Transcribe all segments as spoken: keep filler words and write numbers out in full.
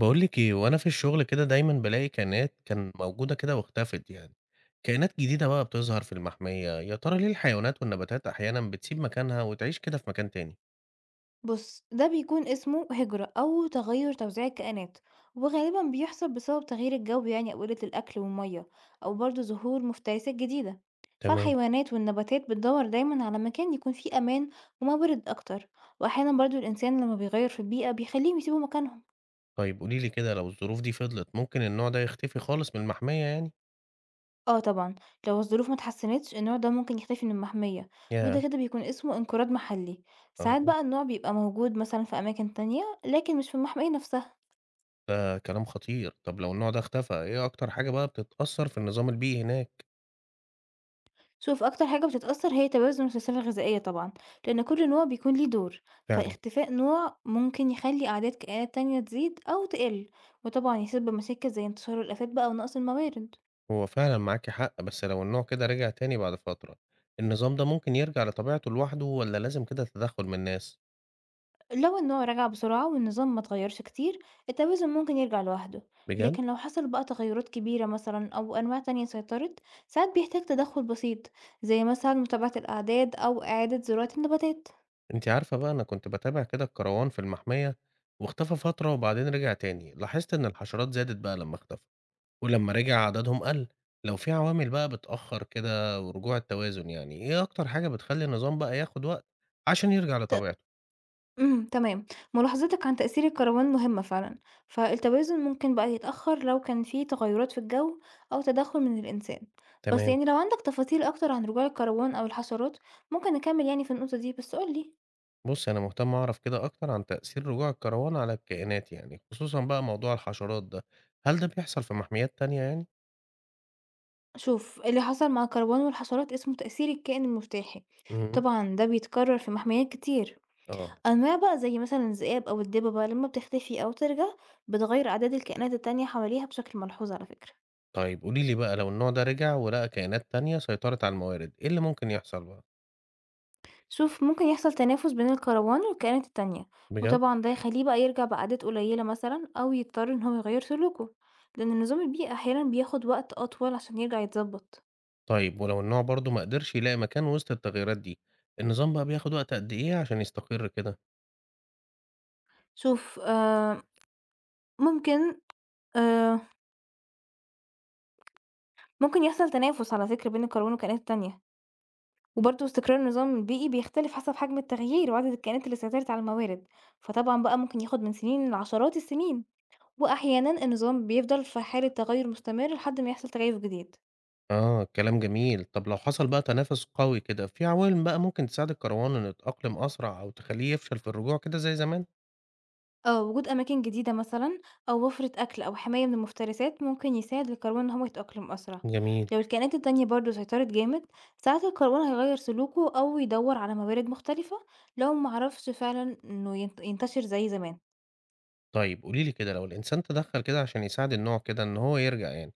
باقول لِك إيه، وأنا في الشغل كده دايمًا بالاقي كائنات كان موجودة كده واختفت يعني، كائنات جديدة بقى بتظهر في المحمية، يا ترى ليه الحيوانات والنباتات أحيانًا بتسيب مكانها وتعيش كده في مكان تاني؟ بُص، ده بيكون اسمه هجرة أو تغيُّر توزيع الكائنات، وغالبًا بيحصل بسبب تغيير الجو يعني أو قلة الأكل والمَيّة، أو برضه ظهور مفترسات جديدة، تمام، فالحيوانات والنباتات بتدوّر دايمًا على مكان يكون فيه أمان ومورد أكتر، وأحيانًا برضه الإنسان لمّا بيغيّر في البيئة بيخلّيهم يسيبوا مكانهم. طيب قولي لي كده لو الظروف دي فضلت ممكن النوع ده يختفي خالص من المحمية يعني؟ آه طبعًا، لو الظروف ما اتحسنتش النوع ده ممكن يختفي من المحمية، وده ياه! كده بيكون اسمه انقراض محلي. ساعات آه، بقى النوع بيبقى موجود مثلًا في أماكن تانية، لكن مش في المحمية نفسها. ده كلام خطير، طب لو النوع ده اختفى إيه أكتر حاجة بقى بتتأثر في النظام البيئي هناك؟ شوف، أكتر حاجة بتتأثر هي توازن السلسلة الغذائية طبعا، لأن كل نوع بيكون ليه دور، فعلًا، فاختفاء نوع ممكن يخلي أعداد كائنات تانية تزيد أو تقل، وطبعا يسبب مشاكل زي انتشار الآفات بقى ونقص الموارد. هو فعلًا معاكِ حق، بس لو النوع كده رجع تاني بعد فترة، النظام ده ممكن يرجع لطبيعته لوحده والّا لازم كده تدخل من الناس؟ لو النوع رجع بسرعة والنظام ما اتغيرش كتير، التوازن ممكن يرجع لوحده، بجد؟ لكن لو حصل بقى تغيرات كبيرة مثلا أو أنواع تانية سيطرت، ساعات بيحتاج تدخل بسيط، زي مثلا متابعة الأعداد أو إعادة زراعة النباتات. أنتِ عارفة بقى أنا كنت باتابع كده الكروان في المحمية واختفى فترة وبعدين رجع تاني، لاحظت إن الحشرات زادت بقى لمّا اختفى، ولمّا رجع عددهم قل، لو في عوامل بقى بتأخر كده ورجوع التوازن يعني، إيه أكتر حاجة بتخلي النظام بقى ياخد وقت عشان يرجع لطبيعته؟ إمم، تمام. ملاحظتك عن تأثير الكروان مهمة فعلًا، فالتوازن ممكن بقى يتأخر لو كان في تغيرات في الجو أو تدخل من الإنسان، بس تمام، يعني لو عندك تفاصيل أكتر عن رجوع الكروان أو الحشرات، ممكن نكمل يعني في النقطة دي، بس قُل لي. بُصّي أنا مهتم أعرف كده أكتر عن تأثير رجوع الكروان على الكائنات يعني، خصوصًا بقى موضوع الحشرات ده، هل ده بيحصل في محميات تانية يعني؟ شوف، اللي حصل مع الكروان والحشرات اسمه تأثير الكائن المفتاحي، اهم، طبعًا ده بيتكرر في محميات كتير. آه. أنواع بقى زي مثلًا الذئاب أو الدببة لما بتختفي أو ترجع، بتغير أعداد الكائنات التانية حواليها بشكل ملحوظ على فكرة. طيب قولي لي بقى لو النوع ده رجع ولقى كائنات تانية سيطرت على الموارد، إيه اللي ممكن يحصل بقى؟ شوف، ممكن يحصل تنافس بين الكروان والكائنات التانية، بجد؟ وطبعا ده يخليه بقى يرجع بأعداد قليلة مثلا أو يضطر إن هو يغير سلوكه، لأن النظام البيئي أحيانا بياخد وقت أطول عشان يرجع يتظبط. طيب ولو النوع برضه ما قدرش يلاقي مكان وسط التغييرات دي، النظام بقى بياخد وقت قد إيه عشان يستقر كده؟ شوف، آه ممكن آه ممكن يحصل تنافس على فكرة بين الكروان والكائنات التانية، وبرضه استقرار النظام البيئي بيختلف حسب حجم التغيير وعدد الكائنات اللي سيطرت على الموارد، فطبعا بقى ممكن ياخد من سنين لعشرات السنين، وأحيانا النظام بيفضل في حالة تغير مستمر لحد ما يحصل تغير جديد. آه كلام جميل، طب لو حصل بقى تنافس قوي كده، في عوامل بقى ممكن تساعد الكروان إنه يتأقلم أسرع أو تخليه يفشل في الرجوع كده زي زمان؟ آه، وجود أماكن جديدة مثلًا أو وفرة أكل أو حماية من المفترسات ممكن يساعد الكربون إن هو يتأقلم أسرع، جميل، لو الكائنات التانية برضه سيطرت جامد، ساعات الكربون هيغير سلوكه أو يدور على موارد مختلفة، لو معرفش فعلًا إنه ينت ينتشر زي زمان. طيب قولي لي كده لو الإنسان تدخل كده عشان يساعد النوع كده إن هو يرجع يعني،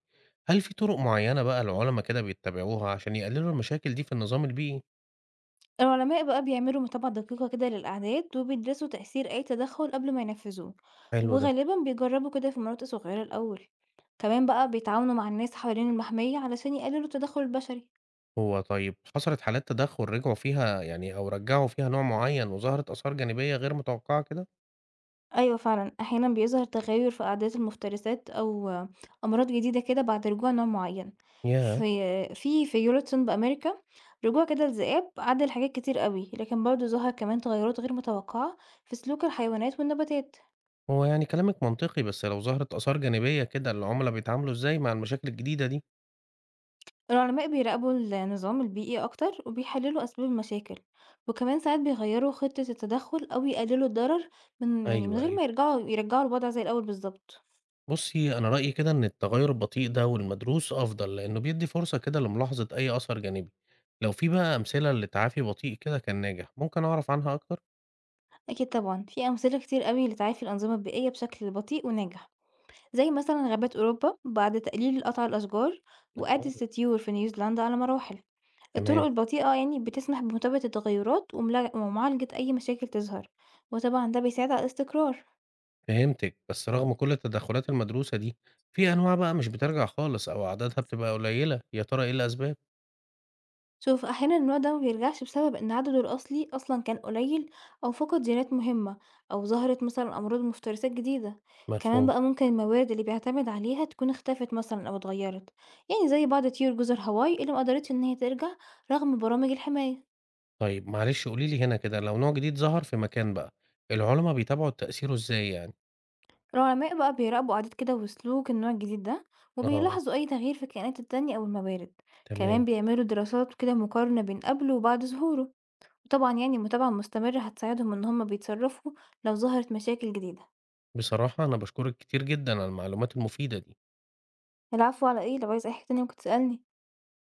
هل في طرق معينة بقى العلماء كده بيتبعوها عشان يقللوا المشاكل دي في النظام البيئي؟ العلماء بقى بيعملوا متابعة دقيقة كده للأعداد وبيدرسوا تأثير أي تدخل قبل ما ينفذوه، حلو ده. وغالبًا بيجربوا كده في مناطق صغيرة الأول، كمان بقى بيتعاونوا مع الناس حوالين المحمية علشان يقللوا التدخل البشري. هو طيب حصلت حالات تدخُّل رجعوا فيها يعني أو رجّعوا فيها نوع معيّن وظهرت آثار جانبية غير متوقعة كده؟ أيوه فعلًا، أحيانًا بيظهر تغيُّر في أعداد المفترسات أو أمراض جديدة كده بعد رجوع نوع معيّن. ياه! في في في يورتشن بأمريكا، رجوع كده الذئاب عدّل حاجات كتير أوي، لكن برضه ظهر كمان تغيُّرات غير متوقعة في سلوك الحيوانات والنباتات. هو يعني كلامِك منطقي، بس لو ظهرت آثار جانبية كده العُملا بيتعاملوا إزاي مع المشاكل الجديدة دي؟ العلماء بيراقبوا النظام البيئي أكتر وبيحلّلوا أسباب المشاكل، وكمان ساعات بيغيّروا خطة التدخُّل أو يقللوا الضرر، من يعني من أيوه، غير أيوه. ما يرجعوا يرجعوا الوضع زي الأول بالضبط. بُصّي، أنا رأيي كده إن التغيُّر البطيء ده والمدروس أفضل، لإنه بيدّي فرصة كده لملاحظة أي أثر جانبي. لو في بقى أمثلة لتعافي بطيء كده كان ناجح، ممكن أعرف عنها أكتر؟ أكيد طبعًا، في أمثلة كتير أوي لتعافي الأنظمة البيئية بشكل بطيء وناجح. زي مثلا غابات أوروبا بعد تقليل قطع الأشجار، وإعادة آه. الطيور في نيوزيلندا على مراحل. الطرق تمام. البطيئة يعني بتسمح بمتابعة التغيرات وملا- ومعالجة أي مشاكل تظهر، وطبعا ده بيساعد على الاستقرار. فهمتِك، بس رغم كل التدخلات المدروسة دي، في أنواع بقى مش بترجع خالص أو عددها بتبقى قليلة، يا ترى إيه الأسباب؟ شوف، أحيانا النوع ده مبيرجعش بسبب إن عدده الأصلي أصلا كان قليل، أو فقد جينات مهمة، أو ظهرت مثلا أمراض مفترسات جديدة، كمان مفهوم، بقى ممكن الموارد اللي بيعتمد عليها تكون اختفت مثلا أو اتغيرت، يعني زي بعض طيور جزر هاواي اللي مقدرتش إن هي ترجع رغم برامج الحماية. طيب معلش قولي لي هنا كده لو نوع جديد ظهر في مكان بقى، العُلَما بيتابعوا تأثيره إزاي يعني؟ العلماء بقى بيراقبوا عادات كده وسلوك النوع الجديد ده، آه، وبيلاحظوا أي تغيير في الكائنات التانية أو الموارد، كمان تمام، بيعملوا دراسات كده مقارنة بين قبل وبعد ظهوره، وطبعا يعني المتابعة المستمرة هتساعدهم إن هما بيتصرفوا لو ظهرت مشاكل جديدة. بصراحة أنا باشكرِك كتير جدًا على المعلومات المفيدة دي. العفو، على ايه؟ لو عايز أي حاجة تانية ممكن تسألني.